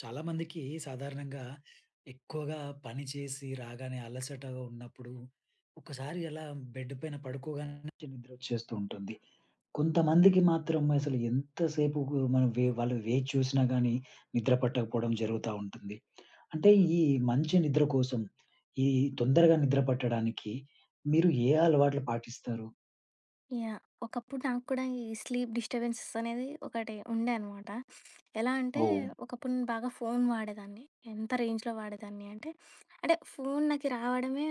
చాలా మందికి సాధారణంగా ఎక్కువగా పని చేసి రాగానే అలసటగా ఉన్నప్పుడు ఒకసారి అలా బెడ్ పైన పడుకోగానే మంచి నిద్ర వచ్చేస్తూ ఉంటుంది. కొంతమందికి మాత్రం అసలు ఎంతసేపు గు- మనం వే వాళ్ళు వేచి చూసినా గానీ నిద్ర పట్టకపోవడం జరుగుతా ఉంటుంది. అంటే ఈ మంచి నిద్ర కోసం ఈ తొందరగా నిద్ర పట్టడానికి మీరు ఏ అలవాట్లు పాటిస్తారు? ఒకప్పుడు నాకు కూడా ఈ స్లీప్ డిస్టర్బెన్సెస్ అనేది ఒకటి ఉండే అనమాట. ఎలా అంటే ఓహ్! ఒకప్పుడు నేను బాగా ఫోను వాడేదాన్ని. ఎంత రేంజ్‌లో వాడేదాన్ని అంటే, అంటే ఫోను నాకు రావడమే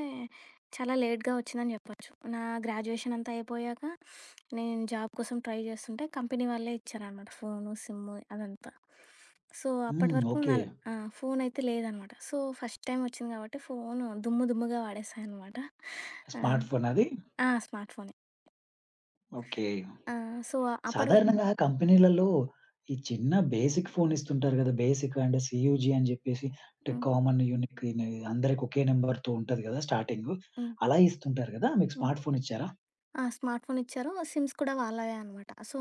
చాలా లేట్‌గా వచ్చిందని చెప్పొచ్చు. నా గ్రాడ్యుయేషన్ అంతా అయిపోయాక నేను జాబ్ కోసం ట్రై చేస్తుంటే కంపెనీ వాళ్ళే ఇచ్చారనమాట ఫోను, సిమ్ము అదంతా. సో, అప్పటి హ్మ్. వరకు నా ఓకే. ఫోనయితే లేదనమాట. సో, ఫస్ట్ టైమ్ వచ్చింది కాబట్టి ఫోను దుమ్ము దుమ్ముగా వాడేసా అనమాట. ఆహ్, స్మార్ట్ ఫోనా అది? ఆ! స్మార్ట్ ఫోనే. ఓకే. ఆ! సో, అప్పటి వరకు సాధారణంగా కంపెనీలలో ఈ చిన్న బేసిక్ ఫోన్ ఇస్తుంటారు కదా! బేసిక్ అంటే సీయూజీ అని జెప్పేసి అంటే హ్మ్. కామన్, యూనిక్ ఇన్ అందరికి ఒకే నంబర్‌తో ఉంటది గదా! స్టార్టింగు. హ్మ్. అలా ఇస్తుంటారు గదా! మీకు హ్మ్. స్మార్ట్ ఫోన్ ఇచ్చారా? ఆ! స్మార్ట్ ఫోన్ ఇచ్చారు. సిమ్స్ కూడా వాళ్ళవే అనమాట. సో,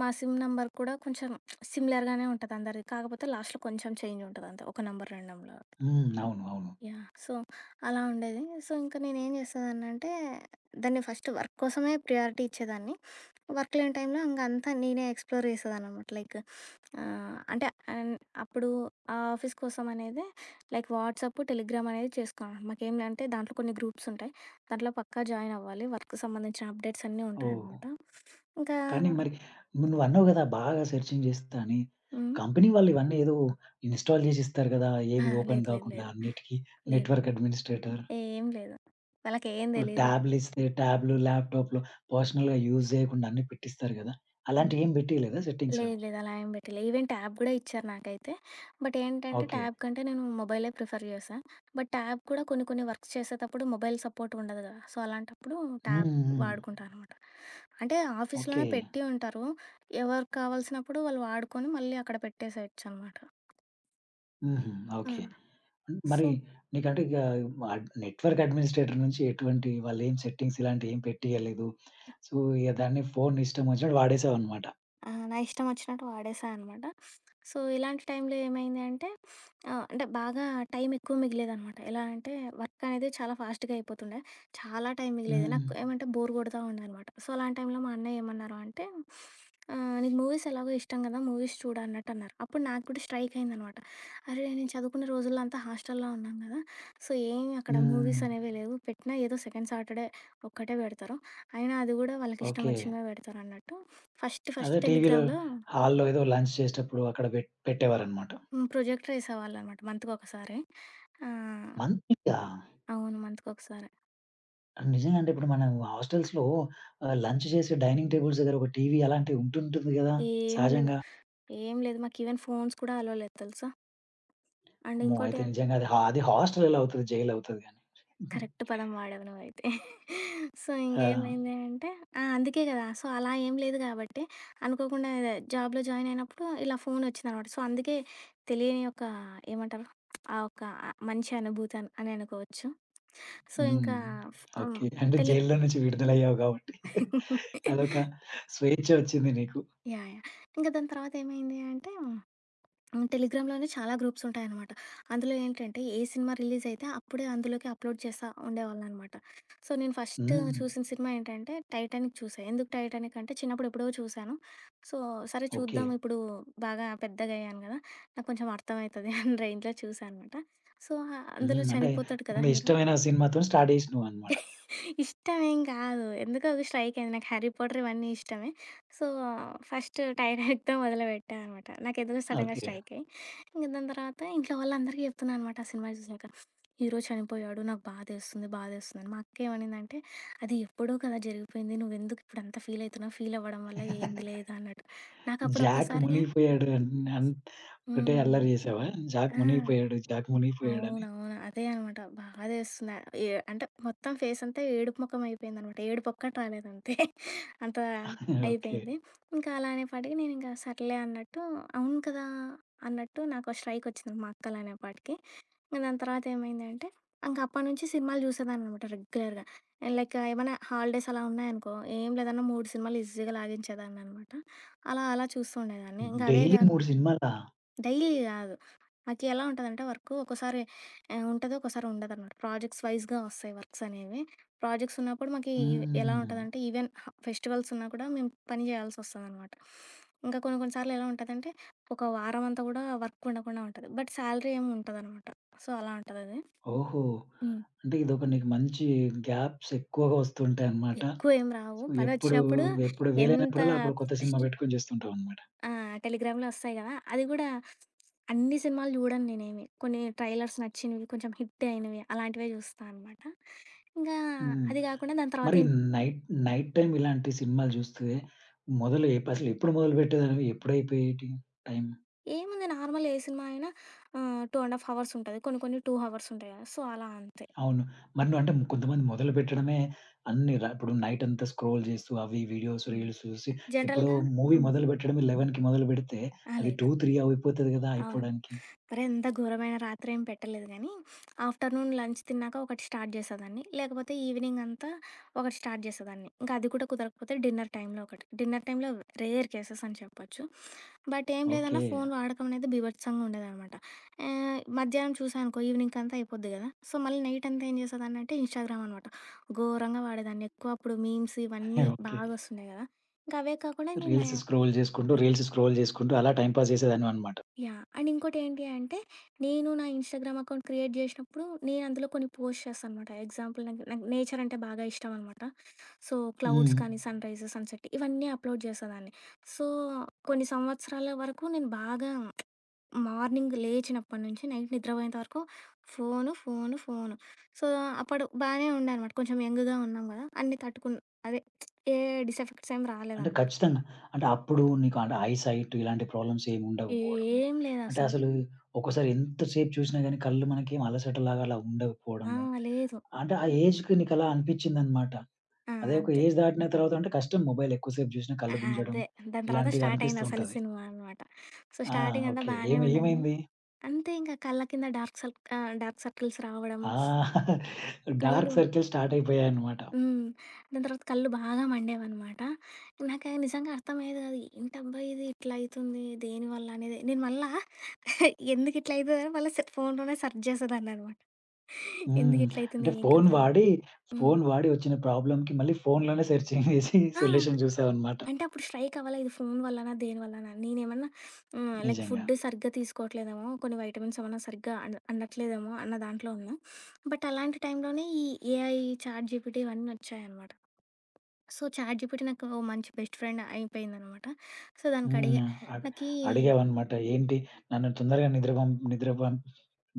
మా సిమ్ నంబర్ కూడా కొంచెం సిమిలర్‌గానే ఉంటది అందరిది. కాకపోతే లాస్ట్‌లో కొంచెం చేంజ్ ఉంటదంతే. ఒక నంబర్, 2 నంబర్‌లో. హ్మ్. అవును, అవును. సో, అలా ఉండేది. సో, ఇంక నేనేం చేసేదాన్నంటే, దాన్ని ఫస్ట్ వర్క్ కోసమే ప్రియారిటీ ఇచ్చేదాన్ని. వర్క్ లేని టైంలో ఇంగ అంతా నేనే ఎక్స్‌ప్లోర్ చేసేదాన్ననమాట. లైక్ ఆహ్, అంటే అన్ అప్పుడు ఆ ఆఫీస్ కోసం అనేదే లైక్ వాట్సాప్, టెలిగ్రామ్ అనేది చేసుకున్నాం. మాకేంటంటే దాంట్లో కొన్ని గ్రూప్స్ ఉంటాయి. దాంట్లో పక్కా జాయిన్ అవ్వాలి. వర్క్‌కి సంబంధించిన అప్డేట్స్ అన్నీ ఓహ్! ఉంటాయనమాట. ఇంకా కానీ మరి నువ్వు అన్నావు గదా! బాగా సెర్చింగ్ చేస్తా అని. హ్మ్. కంపెనీ వాళ్ళు ఇవన్నీ ఏదో ఇన్‌స్టాల్ జేసి ఇస్తారు గదా! ఆ! ఏవి ఓపెన్ లేదు. లేదు. గాకుండా లేదు. అన్నిటికి లేదు. Network administrator. ఏం లేదు. వాళ్ళకేం తెలీదు. ట్యాబ్‌లు ఇస్తే ట్యాబ్‌లు, ల్యాప్‌టాప్‌లు పర్సనల్‌గా యూజ్ జేయకుండా అన్నీ పెట్టిస్తారు గదా! హ్మ్. అలాంటివి ఏం బెట్టియలేదా సెట్టింగ్స్? లేదు లేదు. అలా ఏం పెట్టలే. ఈవెన్ ట్యాబ్ గూడా ఇచ్చారు నాకైతే. బట్ ఏంటంటే, ఓకే. ట్యాబ్ కంటే నేను మొబైలే ప్రిఫర్ చేశా. బట్ ట్యాబ్ కూడా కొన్ని కొన్ని వర్క్స్ చేసేటప్పుడు మొబైల్ సపోర్ట్ ఉండదు గదా! సో, అలాంటప్పుడు హ్మ్. ట్యాబ్ హ్మ్. వాడుకుంటా అనమాట. అంటే ఓకే. ఆఫీస్‌లోనే పెట్టి ఉంటారు. ఎవరికి కావాల్సినప్పుడు వాళ్ళు వాడుకొని మళ్ళీ అక్కడ పెట్టేసేయొచ్చనమాట. హుహు. ఆ! ఓకే. మరి సో నీకంటే ఇక నెట్‌వర్క్ అడ్మినిస్ట్రేటర్ నుంచి ఎటువంటి వాళ్ళేం సెట్టింగ్స్ ఇలాంటివి ఏం పెట్టియలేదు. సో, ఇక దాన్ని ఫోన్ ఇష్టం వచ్చినట్టు వాడేసావన్నమాట. ఆ! నా ఇష్టం వచ్చినట్టు వాడేశా అనమాట. సో, ఇలాంటి టైంలో ఏమైంది అంటే బాగా టైం ఎక్కువ మిగిలేదనమాట. ఎలా అంటే వర్క్ అనేది చాలా ఫాస్ట్‌గా అయిపోతుండే. చాలా టైం మిగిలేది. హ్మ్. నాకు ఏమంటే బోర్ కొడతా ఉండేదనమాట. సో, అలాంటి టైంలో మా అన్నయ్య ఏమన్నారు అంటే "నీకు మూవీస్ ఎలాగో ఇష్టం కదా! మూవీస్ చూడు" అన్నట్టు అన్నారు. అప్పుడు నాకు కూడా స్ట్రైక్ అయిందనమాట. అరే! నేను చదువుకునే రోజుల్లో అంతా హాస్టల్‌లో ఉన్నాం కదా! సో, ఏమి అక్కడ హ్మ్. మూవీస్ అనేవి లేవు. పెట్టినా ఏదో సెకండ్ సాటర్‌డే ఒక్కటే పెడతారు. అయినా అది కూడా వాళ్ళకి ఇష్టం ఓకే. వచ్చినవే పెడతారన్నట్టు. ఫస్ట్ అదే ఫస్ట్ టీవీలో టెలిగ్రామ్‌లో హాల్‌లో ఏదో లంచ్ చేసేటప్పుడు అక్కడ పెట్టేవారన్నమాట. హ్మ్. ప్రొజెక్టర్ ఏసేవాళ్ళనమాట మంత్‌కొకసారి. ఆ! మంచిగా అవును. మంత్‌కొకసారి. నిజంగా అంటే ఇప్పుడు మనం హాస్టల్స్‌లో లంచ్ చేసే డైనింగ్ టేబుల్స్ దగ్గర ఒక టీవీ అలాంటివి ఉంటుంటుంది కదా! ఏం లేదు. సహజంగా. ఏం లేదు. మాకు ఈవెన్ ఫోన్స్ కూడా అలో లేదు తెలుసా! అండ్ అమ్మో! ఇంకోటి అయితే ఏం నిజంగా అది హాస్టల్ అవుతది, జైలవుతది గాని. కరెక్ట్ పదం వాడావు నువ్వైతే. సో, ఆ! ఇంకేమైంది అంటే ఆ! అందుకే గదా! సో, అలా ఏం లేదు గాబట్టి అనుకోకుండా జాబ్‌లో జాయిన్ అయినప్పుడు ఇలా ఫోనొచ్చిందనమాట. సో, అందుకే తెలియని ఒక ఏమంటారు? ఆ ఒక మంచి అనుభూతి అని అని అనుకోవచ్చు. సో, హ్మ్. ఇంకా ఫ్ హ్మ్. ఓకే. అంటే టెలి జైల్లో నుంచి విడుదలయ్యావు గాబట్టి అదొక స్వేచ్ఛ వచ్చింది నీకు. యాహ్! యాహ్! ఇంక దాని తర్వాతేమైంది అంటే టెలిగ్రామ్‌లోనే చాలా గ్రూప్స్ ఉంటాయనమాట. అందులో ఏంటంటే, ఏ సినిమా రిలీజయితే అప్పుడే అందులోకి అప్‌లోడ్ చేస్తా ఉండేవాళ్ళనమాట. సో, నేను ఫస్ట్ హ్మ్. చూసిన సినిమా ఏంటంటే 'టైటానిక్' చూసా. ఎందుకు 'టైటానిక్' అంటే చిన్నప్పుడు ఎప్పుడో చూశాను. సో, సరే ఓకే. చూద్దాం ఇప్పుడు బాగా పెద్దగయ్యాను గదా! నాకు కొంచెం అర్థమయితది అని రేంజ్‌లో చూసా అనమాట. సో, అందులో హ్మ్. అంటే చనిపోతాడు కదా ముందు హీరో. ఇష్టమైన సినిమాతోని స్టార్ట్ జేసినవన్నమాట. ఇష్టమేం కాదు. ఎందుకో అది స్ట్రైకయింది. నాకు 'హ్యారీ పాటర్' ఇవన్నీ ఇష్టమే. సో, ఫస్ట్ 'టైటానిక్'తో మొదలుపెట్టా అనమాట. నాకెందుకో సడెన్‌గా ఓకే. స్ట్రైకయ్యి. ఇంక దాని తర్వాత ఇంట్లో వాళ్ళందరికీ చెప్తున్నా అనమాట ఆ సినిమా చూసాక. హీరో చనిపోయాడు. నాకు బాధేస్తుంది అని. మా అక్కేమనిందంటే, "అది ఎప్పుడో కదా జరిగిపోయింది. నువ్వెందుకు ఇప్పుడంత ఫీలయితున్నావు? ఫీలవ్వడం వల్ల ఏంది లేదు" అన్నట్టు. నాకప్పుడు 'జాక్' ఒక్కసారిగా మునిగిపోయాడు అన్ అన్ ఒకటే హ్మ్. అల్లరి జేసావా? 'జాక్' ఆ! మునిగిపోయాడు, 'జాక్' మునిగిపోయాడని. అవునవును. అదే అనమాట. బాధేస్తుంది. ఏ అంటే మొత్తం ఫేసంతా ఏడుపు ముఖం అయిపోయిందనమాట. ఏడుపొక్కటి రాలేదంతే. అంత ఓకే. అయిపోయింది. ఇంకా అలానే పడి నేనింకా సర్లే అన్నట్టు అవును కదా! అన్నట్టు నాకో స్ట్రైకొచ్చింది మా అక్కలనేపాటికి. ఇంక దాని తర్వాత ఏమైందంటే, ఇంక అప్పటి నుంచి సినిమాలు చూసేదాన్ననమాట రెగ్యులర్‌గా. లైక్ ఏమైనా హాలిడేస్ అలా ఉన్నాయనుకో, ఏం లేదన్నా 3 సినిమాలు ఈజీగా లాగించేదాన్ననమాట. అలా అలా చూస్తూ ఉండేదాన్ని. ఇంక అవే డైలీ గా. 3 సినిమాలా? డైలీ కాదు. నాకెలా ఉంటదంటే వర్కు ఒక్కోసారి ఉంటది. ఒక్కోసారి ఉండదనమాట. ప్రాజెక్ట్స్ వైస్‌గా వస్తాయి వర్క్స్ అనేవి. ప్రాజెక్ట్స్ ఉన్నప్పుడు మాకి ఎలా హ్మ్. ఉంటదంటే ఈవెన్ ఫెస్టివల్స్ ఉన్నా కూడా మేము పని చేయాల్సొస్తదనమాట. ఇంకా కొన్ని కొన్ని సార్లు ఎలా ఉంటదంటే ఒక వారం అంతా కూడా వర్క్ ఉండకుండా ఉంటది. బట్ సాలరీ ఏమి ఉండదనమాట. సో, అలా ఉంటదది. ఓహో! హ్మ్. అంటే ఇదొక నీకు మంచి గ్యాప్స్ ఎక్కువగా వస్తుంటాయన్నమాట. ఎక్కువేం రావు. సో, ఎప్పుడు, పనొచ్చినప్పుడు ఎప్పుడు ఎంత వీలైనప్పుడల్లా అప్పుడు కొత్త సినిమా పెట్టుకొని చూస్తుంటావన్నమాట. ఆ! టెలిగ్రామ్‌లో ఒస్తాయి గదా! అది గూడా అన్ని సినిమాలు జూడను నేనేమి. కొన్ని ట్రైలర్స్ నచ్చినవి, కొంచెం హిట్ అయినవి అలాంటివే జూస్తా అనమాట. ఇంగా హ్మ్. అది గాకుండా దాని తర్వాత మరి ఇన్ నైట్ నైట్ టైమ్ ఇలాంటి సినిమాలు చూస్తే మొదలు ఎప్ అసలు ఎప్పుడు మొదలుపెట్టేదానివి? ఎప్పుడైపోయేటి టైం? ఏముంది నార్మల్ ఏ సినిమా అయినా 2 ½ అవర్స్ ఉంటది. కొన్ని కొన్ని 2 అవర్స్ ఉంటాయి గదా! సో, అలా అంతే. అవును. మరి నువ్వు అంటే కొంతమంది మొదలుపెట్టడమే అన్ని ర ఇప్పుడు నైట్ అంతా స్క్రోల్ చేస్తూ అవి వీడియోస్, హ్మ్. రీల్స్ చూసి ఇప్పుడు జనరల్‌గా మూవీ హ్మ్. మొదలుపెట్టడమే 11:00కి మొదలుపెడితే ఆ! అది 2, లేదు. 3 అయిపోతది కదా! అవునవును. అయిపోవడానికి. మరి అంత ఘోరమైన రాత్రేం పెట్టలేదు గానీ, ఆఫ్టర్‌నూన్ లంచ్ తిన్నాక ఒకటి స్టార్ట్ చేసేదాన్ని. లేకపోతే ఈవినింగ్ అంతా ఒకటి స్టార్ట్ చేసేదాన్ని. ఇంకా అది కూడా కుదరకపోతే డిన్నర్ టైంలో ఒకటి. డిన్నర్ టైంలో రేర్ కేసెస్ అని చెప్పొచ్చు. బట్ ఏం ఓకే. లేదన్నా ఫోను వాడకం అనేది బీభత్సంగా ఉండేదనమాట. మధ్యాహ్నం చూసాననుకో ఈవినింగ్‌కంతా అయిపోద్ది గదా! సో, మళ్ళీ నైట్ అంతా ఏం చేసేదాన్నంటే ఇన్‌స్టాగ్రామ్ అనమాట. ఘోరంగా వాడేదాన్ని. ఎక్కువ అప్పుడు మీమ్స్ ఇవన్నీ ఓకే. బాగొస్తున్నాయి గదా! ఇంకా అవే కాకుండా నేను రీల్స్ స్క్రోల్ చేసుకుంటూ అలా టైమ్ పాస్ చేసేదాన్ననమాట. యాహ్! అండ్ ఇంకోటేంటి అంటే, నేను నా ఇన్‌స్టాగ్రామ్ అకౌంట్ క్రియేట్ జేసినప్పుడు, నేను అందులో కొన్ని పోస్ట్ చేస్తాననమాట. ఎగ్జాంపుల్ నాకు నాకు నేచర్ అంటే బాగా ఇష్టం అనమాట. So, clouds hmm. కానీ, సన్‌రైజ్, సన్‌సెట్ ఇవన్నీ అప్‌లోడ్ చేసేదాన్ని. సో, కొన్ని సంవత్సరాల వరకు నేను బాగా మార్నింగ్ లేచినప్పటి నుంచి నైట్ నిద్రపోయేంత వరకు ఫోను. సో, అప్పుడు బానే ఉండే అనమాట. కొంచెం యంగ్‌గా ఉన్నాం గదా! అన్నీ తట్టుకున్ అదే ఏ డిసెఫెక్ట్స్ ఏం అంటే రాలేదనమాట. ఖచ్చితంగా. అంటే అప్పుడు నీకు అంటే ఐ సైట్ ఇలాంటి ప్రాబ్లమ్స్ ఏమి ఉండకపోవడము. ఏం అంటే లేదసలు. అసలు ఒక్కోసారి ఎంత సేపు చూసినా గాని కళ్ళు మనకేం అలసటలాగా అలా ఆ! ఉండకపోవడము. లేదు. అంటే ఆ ఏజ్‌కి నీకలా అనిపిచ్చిందనమాట. ఆ! అదే ఒక అంతే. ఏజ్ దాటిన తర్వాత అంటే కష్టం మొబైల్ ఎక్కువ సేపు చూసినా కళ్ళు ఆహా! గుంజడం అదే. దాని తర్వాత ఇలాంటివి అనిపిస్తూ స్టార్టయింది అసలు ఉంటది. సినిమా అనమాట. సో, ఆ! స్టార్టింగ్ అంతా ఓకే. బానే ఉండేది గానీ, ఏమైంది? అంతే ఇంక కళ్ళ కింద డార్క్ సర్కిల్స్ రావడం, ఆ! డార్క్ కళ్ళు సర్కిల్స్ స్టార్ట్ అయిపోయాయన్నమాట. హ్మ్. దాని తర్వాత కళ్ళు బాగా మండేవనమాట. నాకు అది నిజంగా అర్థమయ్యేది కాదు. ఏంటబ్బా ఇది ఇట్లా అయితుంది, దేనివల్ల అనేది. నేను మళ్ళా ఎందుకు ఇట్లా అయితదని మళ్ళా ఫోన్‌లోనే సెర్చ్ చేసేదాన్ననమాట. హ్మ్. ఎందుకు ఇట్లయితుంది, అంటే ఏం కథ అనేది. హ్మ్. ఫోను వాడి వచ్చిన ప్రాబ్లమ్‌కి మళ్ళీ ఫోనులోనే సెర్చింగ్ చేసి ఆ! సొల్యూషన్ చూసావన్నమాట. అంటే అప్పుడు స్ట్రైక్ అవ్వలా ఇది ఫోను వల్లనా? దేని వల్లనా? నేనేమన్నా లైక్ నిజంగా. ఫుడ్ సరిగ్గా తీసుకోవట్లేదేమో, కొన్ని వైటమిన్స్ ఏమన్నా సరిగ్గా అందట్లేదేమో అన్న దాంట్లో ఉన్నా. బట్ అలాంటి టైంలోనే ఈ ఏఐ, చాట్ జీపీటీ ఇవన్నీ వచ్చాయనమాట. సో, చాట్ జీపీటీ నాకు ఓ మంచి బెస్ట్ ఫ్రెండ్ అయిపోయిందనమాట. సో, హ్మ్. దానికడిగా అగ్ నాకీ అడిగావన్నమాట. ఏంటి నన్ను తొందరగా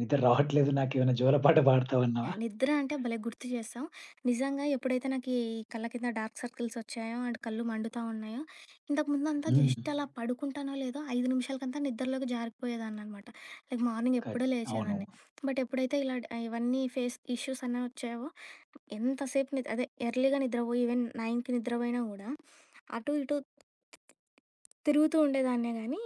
నిద్ర రావట్లేదు, నాకేమైనా జోలపాట పాడతావన్నావా? యాహ్! నిద్ర అంటే భలే గుర్తు చేశావు. నిజంగా ఎప్పుడైతే నాకు ఈ కళ్ళ కింద డార్క్ సర్కిల్స్ వచ్చాయో అండ్ కళ్ళు మండుతా ఉన్నాయో, ఇంతకుముందంతా హ్మ్. జస్ట్ అలా పడుకుంటానో లేదో 5 నిమిషాలకంతా నిద్రలోకి జారిపోయేదాన్ననమాట. లైక్ మార్నింగ్ ఎప్పుడో ఖచ్ అవును. లేచేదాన్ని. బట్ ఎప్పుడైతే ఇలా ఇవన్నీ ఫేస్ ఇష్యూస్ అనేవి వచ్చాయో, ఎంతసేపు నిద్ అదే ఎర్లీగా నిద్రపోయి ఈవెన్ 9కి నిద్రపోయినా గూడా, అటు ఇటు తిరుగుతూ ఉండేదాన్నే గానీ,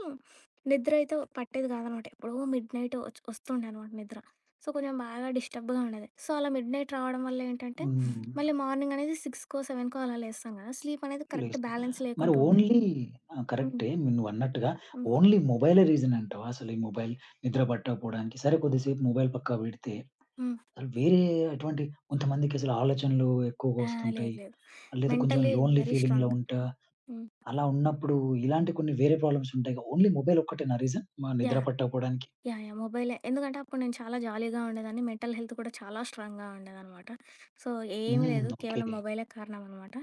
నిద్ర అయితే పట్టేది కాదనమాట. ఎప్పుడో మిడ్ నైట్ వస్తుండే అనమాట నిద్ర. సో, కొంచెం బాగా డిస్టర్బ్‌గా ఉండేది. సో, అలా మిడ్ నైట్ రావడం వల్ల ఏంటంటే, హ్మ్. మళ్ళీ మార్నింగ్ అనేది 6కో, 7కో అలా లేస్తాం కదా! స్లీప్ అనేది కరెక్ట్ లేస్తా. బ్యాలెన్స్ మరి లేకుంటుండే. ఓన్లీ ఆ! హ్మ్. కరెక్టే. నువ్వన్నట్టుగా హ్మ్. ఓన్లీ మొబైలే రీజన్ అంటావా? అసలు ఈ మొబైల్ నిద్ర పట్టకపోవడానికి. సరే, కొద్దిసేపు మొబైల్ పక్కకు పెడితే హ్మ్. అసలు వేరే అటువంటి కొంతమందికి అసలు ఆలోచనలు ఎక్కువగా ఆ! వస్తుంటాయి. లేదు లేదు. లేదా కొంచెం మెంటల్లీ లోన్లీ వెరీ ఫీలింగ్‌లో స్ట్రాంగ్. ఉంటా. హ్మ్. అలా ఉన్నప్పుడు ఇలాంటి కొన్ని వేరే ప్రాబ్లమ్స్ ఉంటాయి. ఓన్లీ మొబైల్ ఒక్కటేనా రీజన్? మా నిద్ర యాహ్! పట్టకపోవడానికి? యాహ్! యాహ్! మొబైలే. ఎందుకంటే అప్పుడు నేను చాలా జాలీగా ఉండేదాన్ని. మెంటల్ హెల్త్ కూడా చాలా స్ట్రాంగ్‌గా ఉండేదనమాట. సో, ఏమీ హ్మ్. లేదు. ఓకే. కేవలం మొబైలే కారణం అనమాట.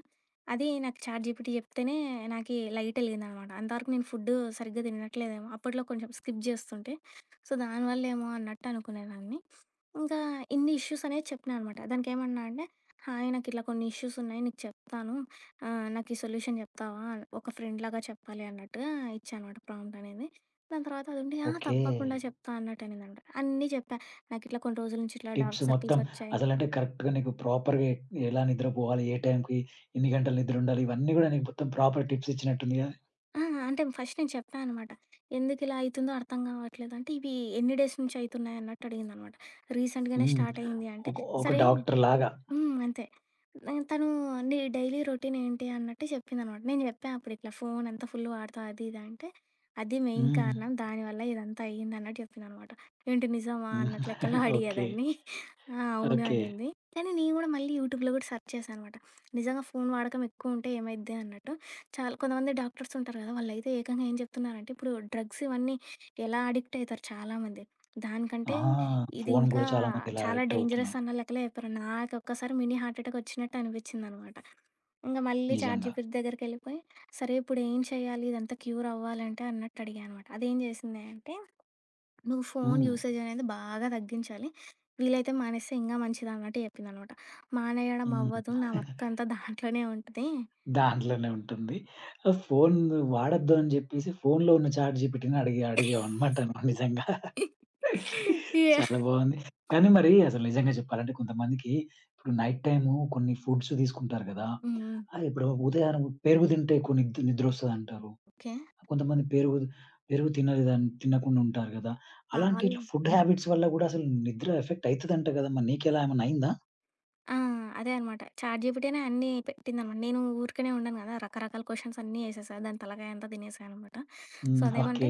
అది నాకు చాట్‌జీపీటీ చెప్తేనే నాకీ లైట్ ఎలిగిందనమాట. అంతవరకు నేను ఫుడ్డు సరిగ్గా తినట్లేదేమో. అప్పట్లో కొంచెం స్కిప్ జేస్తుంటే, సో, దానివల్లేమో అన్నట్టు అనుకునేదాన్ని. ఇంకా ఇన్ని ఇష్యూస్ అనేది చెప్పినా అనమాట. దానికేమన్నా అంటే, "హాయ్ నాకిట్లా కొన్ని ఇష్యూస్ ఉన్నాయి నీకు చెప్తాను. నాకు ఈ సొల్యూషన్ చెప్తావా?" ఒక ఫ్రెండ్‌లాగా చెప్పాలి అన్నట్టుగా ఇచ్చా అనమాట ప్రాంప్ట్ అనేది. దాని తర్వాత అదుండి "ఆ! ఓకే. తప్పకుండా చెప్తా" అన్నట్టు అనిందనమాట. అన్నీ చెప్పా. నాకిట్లా కొన్ని రోజుల నుంచి ఇట్లా టిప్స్ డార్క్ మొత్తం సర్కిల్స్ వచ్చాయి. అసలంటే కరెక్ట్‌గా నీకు ప్రాపర్‌గా ఎలా నిద్రపోవాలి? ఏ టైంకి ఎన్ని గంటలు నిద్ర ఉండాలి? ఇవన్నీ గూడా నీకు మొత్తం ప్రాపర్ టిప్స్ ఇచ్చినట్టుంది గదా! ఆ! అంటే ఫస్ట్ నేను చెప్పా అనమాట. "ఎందుకిలా అయితుందో అర్థం కావట్లేదు" అంటే, "ఇవి ఎన్ని డేస్ నుంచి అయితున్నాయి" అన్నట్టు అడిగిందనమాట. "రీసెంట్‌గానే హ్మ్. స్టార్ట్ అయింది" అంటే, ఒక ఒక "సరే". డాక్టర్ లాగా. హ్మ్. అంతే. నేను తను నీ డైలీ రొటీన్ ఏంటి అన్నట్టు చెప్పిందనమాట. నేను చెప్పా అప్పుడు ఇట్లా ఫోన్ అంతా ఫుల్ వాడతావు అది ఇది అంటే, అది మెయిన్ హ్మ్. కారణం. దానివల్ల ఇదంతా అయ్యిందన్నట్టు చెప్పిందనమాట. ఏంటి నిజమా హ్మ్. అన్నట్టు లెక్కలో ఓకే. అడిగేదాన్ని. ఆ! అవును ఓకే. అనింది. కానీ నేను గూడా మళ్ళీ యూట్యూబ్‌లో గూడా సెర్చ్ చేశా అనమాట. నిజంగా ఫోన్ వాడకం ఎక్కువుంటే ఏమైద్ది అన్నట్టు. చాలా కొంతమంది డాక్టర్స్ ఉంటారు గదా! వాళ్ళైతే ఏకంగా ఏం చెప్తున్నారంటే, ఇప్పుడు డ్రగ్స్ ఇవన్నీ ఎలా అడిక్ట్ అయితారు చాలామంది. ఆ! దానికంటే ఇది ఫోను ఇంకా గూడా చాలా మంది ఇలా చాలా అడిక్ట్ డేంజరస్ అవుతున్నారు. అన్న లెక్కలో చెప్పారు. నాకు ఒక్కసారి మినీ హార్ట్ అటాక్ వచ్చినట్టు అనిపించిందనమాట. ఇంగా మళ్ళీ నిజంగా. చాట్‌జీపీటీ దగ్గరికెళ్ళిపోయి, సరే ఇప్పుడు ఏం చేయాలి? ఇదంతా క్యూర్ అవ్వాలంటే అన్నట్టు అడిగా అనమాట. అదేం చేసింది అంటే, "నువ్వు ఫోను హ్మ్. యూసేజ్ అనేది బాగా తగ్గించాలి. వీలైతే మానేస్తే ఇంగా మంచిది" అన్నట్టు చెప్పిందనమాట. మానేయడం హ్మ్. అవ్వదు. నా వర్క్ అంతా దాంట్లోనే ఉంటది. దాంట్లోనే ఉంటుంది. ఆ ఫోన్ వాడొద్దు అని జెప్పేసి ఫోన్‌లో ఉన్న చాట్‌జీపీటీని అడిగామనమాట నువ్వు నిజంగా. యాహ్! హ్మ్. చాలా బావుంది. కానీ మరి అసలు నిజంగా చెప్పాలంటే కొంతమందికి ఇప్పుడు నైట్ టైము కొన్ని ఫుడ్స్ తీసుకుంటారు గదా! ఇప్పుడు ఉదయాన పెరుగు తింటే కొన్ని నిద్రొస్తదంటారు. ఓకే. కొంతమంది పెరుగు పెరుగు తినలేదని తినకుండా ఉంటారు గదా! అలాంటి పాలు ఇట్లా ఫుడ్ హ్యాబిట్స్ వల్ల గూడా అసలు నిద్ర ఎఫెక్ట్ అయితదంట గదా! మరి నీకెలా ఏమన్నా అయిందా? ఆ! అదే అనమాట. చాట్‌జీపీటీనే అన్నీ పెట్టిందనమాట. నేను ఊరికనే ఉండను గదా! రకరకాల క్వెషన్స్ అన్నీ ఏసేసా. దాని తలకాయ అంతా తినేసాననమాట. So, hmm. ఓకే. అదేమంటే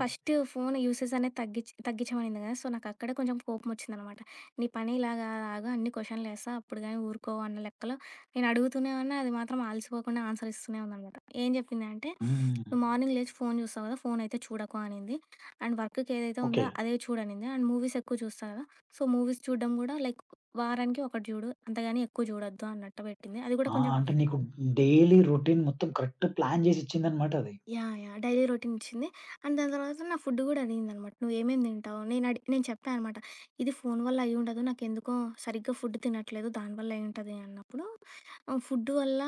ఫస్ట్ ఫోను యూసేజ్ అనేది తగ్గించమనింది గదా! సో, నాకక్కడే కొంచెం కోపమొచ్చిందనమాట. నీ పని ఇలా గాదు, ఆగు అన్ని క్వెషన్‌లేస్తా అప్పుడు గాని ఊరుకోవు అన్న లెక్కలో నేను అడుగుతూనే ఉన్నా. అది మాత్రం ఆలసిపోకుండా ఆన్సర్ ఇస్తూనే ఉందనమాట. ఏం చెప్పింది అంటే, "నువ్వు హ్మ్. మార్నింగ్ లేచి ఫోను చూస్తావు గదా! ఫోనయితే చూడకు" అనింది. "అండ్ వర్క్‌కి ఏదైతే ఓకే. ఉందో అదే చూడనింది. అండ్ మూవీస్ ఎక్కువ చూస్తావు గదా! సో, మూవీస్ చూడడం గూడా లైక్" వారానికి ఒకటి జూడు. అంతగాని ఎక్కువ జూడొద్దు అన్నట్టు పెట్టింది. అది గూడా ఆ! కొంచెం అంటే నీకు డైలీ రొటీన్ మొత్తం కరెక్ట్ ప్లాన్ జేసి ఇచ్చిందన్నమాట అది. యాహ్! డైలీ రొటీన్ ఇచ్చింది. అండ్ దాని తర్వాత నా ఫుడ్ గూడా అడిగిందనమాట. "నువ్వేమేం తింటావు?" నేను చెప్పా అనమాట. "ఇది ఫోను వల్ల అయ్యుండదు. నాకెందుకో సరిగ్గా ఫుడ్ తినట్లేదు. దానివల్ల అయ్యుంటది" అన్నప్పుడు, ఫుడ్ వల్ల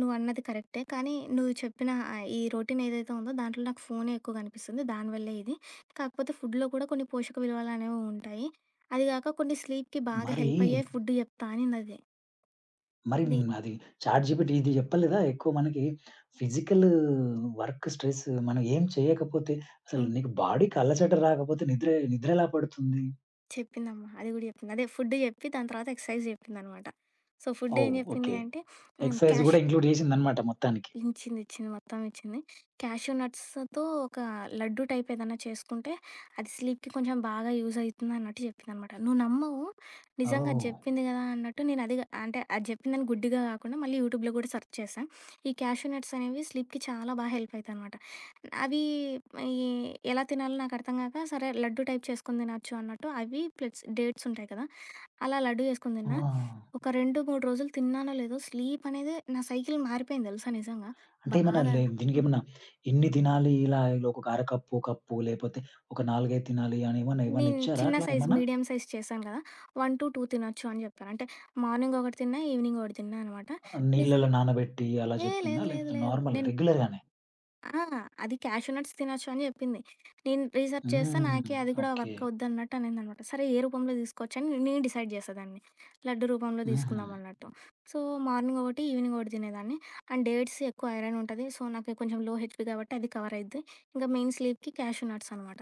నువ్వన్నది కరెక్టే. కానీ నువ్వు చెప్పిన ఈ రొటీన్ ఏదైతే ఉందో దాంట్లో నాకు ఫోనే ఎక్కువ కనిపిస్తుంది. దానివల్లే ఇది. కాకపోతే ఫుడ్‌లో కూడా కొన్ని పోషక విలువలనేవి ఉంటాయి. అది గాక కొన్ని స్లీప్‌కి బాగా మరి, హెల్ప్ అయ్యే ఫుడ్ చెప్తా" అనిందది. మరి ఇది. అది చాట్‌జీపీటీ ఇది చెప్పలేదా, ఎక్కువ మనకి ఫిజికల్ వర్క్ స్ట్రెస్ మనం ఏం చేయకపోతే అసలు హ్మ్. నీకు బాడీకి అలసట రాకపోతే నిద్ర నిద్ర ఎలా పడుతుంది? చెప్పిందమ్మా. అది గూడా చెప్పింది. అదే ఫుడ్ చెప్పి దాని తర్వాత ఎక్సర్సైజ్ చెప్పిందనమాట. సో, ఫుడ్ ఏం ఓహ్! చెప్పింది ఓకే. అంటే హ్మ్, ఎక్సర్‌సైజ్ క్యాష్ గూడా ఇంక్లూడ్ చేసిందన్నమాట మొత్తానికి. ఇచ్చింది, ఇచ్చింది. మొత్తం ఇచ్చింది. క్యాష్యూ నట్స్‌తో ఒక లడ్డు టైప్ ఏదన్నా చేసుకుంటే అది స్లీప్‌కి కొంచెం బాగా యూజ్ అయితుందన్నట్టు చెప్పిందనమాట. నువ్వు నమ్మవు, నిజంగా అది ఓహ్! చెప్పింది గదా! అన్నట్టు నేను అది అంటే అది చెప్పిందని గుడ్డిగా కాకుండా మళ్ళీ యూట్యూబ్‌లో గూడా సెర్చ్ చేశా. ఈ క్యాష్యూ నట్స్ అనేవి స్లీప్‌కి చాలా బాగా హెల్ప్ అయితాయనమాట. అవి ఈ ఎలా తినాలో నాకు అర్థం గాక సరే లడ్డు టైప్ చేసుకొని తినొచ్చు అన్నట్టు అవి ప్లస్ డేట్స్ ఉంటాయి కదా! అలా లడ్డు చేసుకొని ఆ! తిన్నా. ఒక 2, 3 రోజులు తిన్నానో లేదో స్లీప్ అనేది నా సైకిల్ మారిపోయింది తెలుసా నిజంగా. అంటే ఏమన్నా బాగా లే హ్మ్. దీనికేమన్నా ఇన్ని తినాలి ఇలా ఒక అరకప్పు, కప్పు లేపోతే ఒక 4, 5 తినాలి అని ఏమన్నా ఏమన్నా నేను ఇచ్చారా చిన్న అట్లా సైజ్, ఏమన్నా? మీడియం సైజ్ చేశాను కదా! 1-2 తినొచ్చు అని చెప్పారు. అంటే మార్నింగ్ ఒకటి తిన్నా, ఈవినింగ్ ఒకటి తిన్నా అనమాట. నిజం నీళ్ళలో నానబెట్టి అలా ఏ చెప్పిందా? లేదు లేదు లేకపోతే లేదు. నార్మల్‌గా నేను రెగ్యులర్‌గానే? ఆ! అది క్యాష్యూ నట్స్ తినొచ్చు అని జెప్పింది. నేను రీసెర్చ్ చేస్తే హ్మ్. నాకే అది కూడా ఓకే. వర్క్ అవుద్దన్నట్టు అనిందనమాట. సరే ఏ రూపంలో తీసుకోవచ్చని నేను డిసైడ్ చేశా దాన్ని. లడ్డు రూపంలో హుహు. తీసుకుందాం అన్నట్టు. సో, మార్నింగ్ ఒకటి, ఈవినింగ్ ఒకటి తినేదాన్ని. అండ్ డేట్స్ ఎక్కువ ఐరన్ ఉంటది. సో, నాకు కొంచెం లో హెచ్‌పీ కాబట్టి అది కవర్ అయిద్ది. ఇంకా మెయిన్ స్లీప్‌కి క్యాష్యూ నట్స్ అనమాట.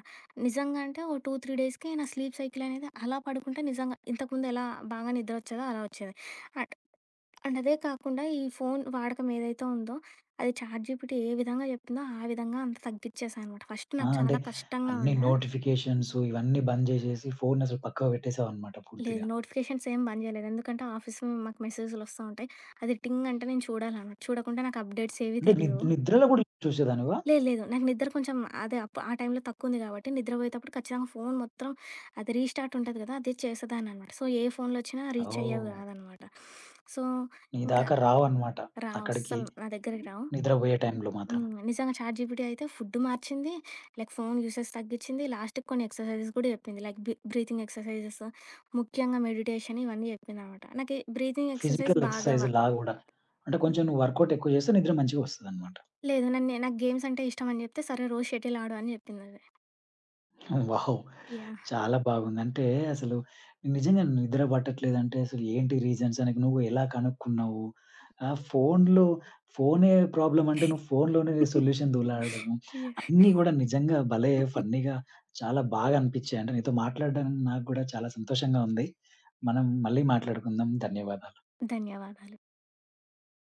నిజంగా అంటే ఓ 2, 3 డేస్‌కి నా స్లీప్ సైకిల్ అనేది అలా పడుకుంటే నిజంగా ఇంతకుముందు ఎలా బాగా నిద్ర వచ్చేదో అలా వచ్చేది. అండ్ అదే కాకుండా ఈ ఫోను వాడకం ఏదైతే ఉందో, అది చాట్‌జీపీటీ ఏ విధంగా చెప్పిందో ఆ విధంగా అంత తగ్గిచ్చేసా అనమాట. ఫస్ట్ ఆ! నాకు అంటే చాలా కష్టంగా అన్ని ఉండే. నోటిఫికేషన్స్ ఇవన్నీ బంద్ జేసేసి ఫోనసలు పక్కకు పెట్టేసావన్నమాట పూర్తిగా. లేదు నోటిఫికేషన్స్ ఏం బంద్ చేయలేదు. ఎందుకంటే ఆఫీస్‌లో మాకు మెసేజులొస్తా ఉంటాయి. అది టింగ్ అంటే నేను చూడాలనమాట. చూడకుంటే నాకు అప్డేట్స్ ఏవి అంటే తెలియవు. నిద్రలో గూడా చూసేదానివా? లేదు లేదు నాకు నిద్ర కొంచెం అదే అప్ ఆ టైంలో తక్కువుంది కాబట్టి నిద్రపోయేటప్పుడు ఖచ్చితంగా ఫోను మొత్తం అది రీస్టార్ట్ ఉంటది కదా! అది చేసేదాన్ననమాట. సో, ఏ ఫోన్‌లొచ్చినా రీచ్ అయ్యేవి ఓహ్! కాదనమాట. సో, నీ ఇంకా దాకా రావన్నమాట. రావు అక్కడికి అస్సలు నా దగ్గరికి రావు. నిద్రబోయే టైంలో మాత్రం. నిజంగా చాట్ జీపీటీ అయితే ఫుడ్ మార్చింది. లైక్ ఫోను యూసేజ్ తగ్గించింది. లాస్ట్‌కి కొన్ని ఎక్సర్‌సైజెస్ గూడా చెప్పింది. లైక్ బ్రీతింగ్ ఎక్సర్‌సైజెస్, ముఖ్యంగా మెడిటేషన్ ఇవన్నీ చెప్పిందనమాట. నాకీ బ్రీతింగ్ ఎక్సర్‌సైజ్ ఫిజికల్ బాగా వర్క్ ఎక్సర్‌సైజ్‌లా గూడా. అంటే కొంచెం నువ్వు వర్కౌట్ ఎక్కువ చేస్తే నిద్ర మంచిగా వస్తదన్నమాట. లేదు. నన్నే నాకు గేమ్స్ అంటే ఇష్టమని చెప్తే, సరే రోజు షటిల్ ఆడు అని చెప్పిందది. వావ్! యాహ్! చాలా బాగుంది. అంటే అసలు నిజంగా నిద్ర పట్టట్లేదంటే అసలు ఏంటి రీజన్స్ అని నువ్వు ఎలా కనుక్కున్నావు? ఆహ్, ఫోన్‌లో ఫోనే ప్రాబ్లమ్ అంటే నువ్వు ఫోన్‌లోనే సొల్యూషన్ దూలాడము. యాహ్! అన్నీ గూడా నిజంగా భలే ఫన్నీ‌గా చాలా బాగా అనిపిచ్చాయి. అంటే నీతో మాట్లాడడం నాకు గూడా చాలా సంతోషంగా ఉంది. మనం మళ్ళీ మాట్లాడుకుందాం. ధన్యవాదాలు. ధన్యవాదాలు.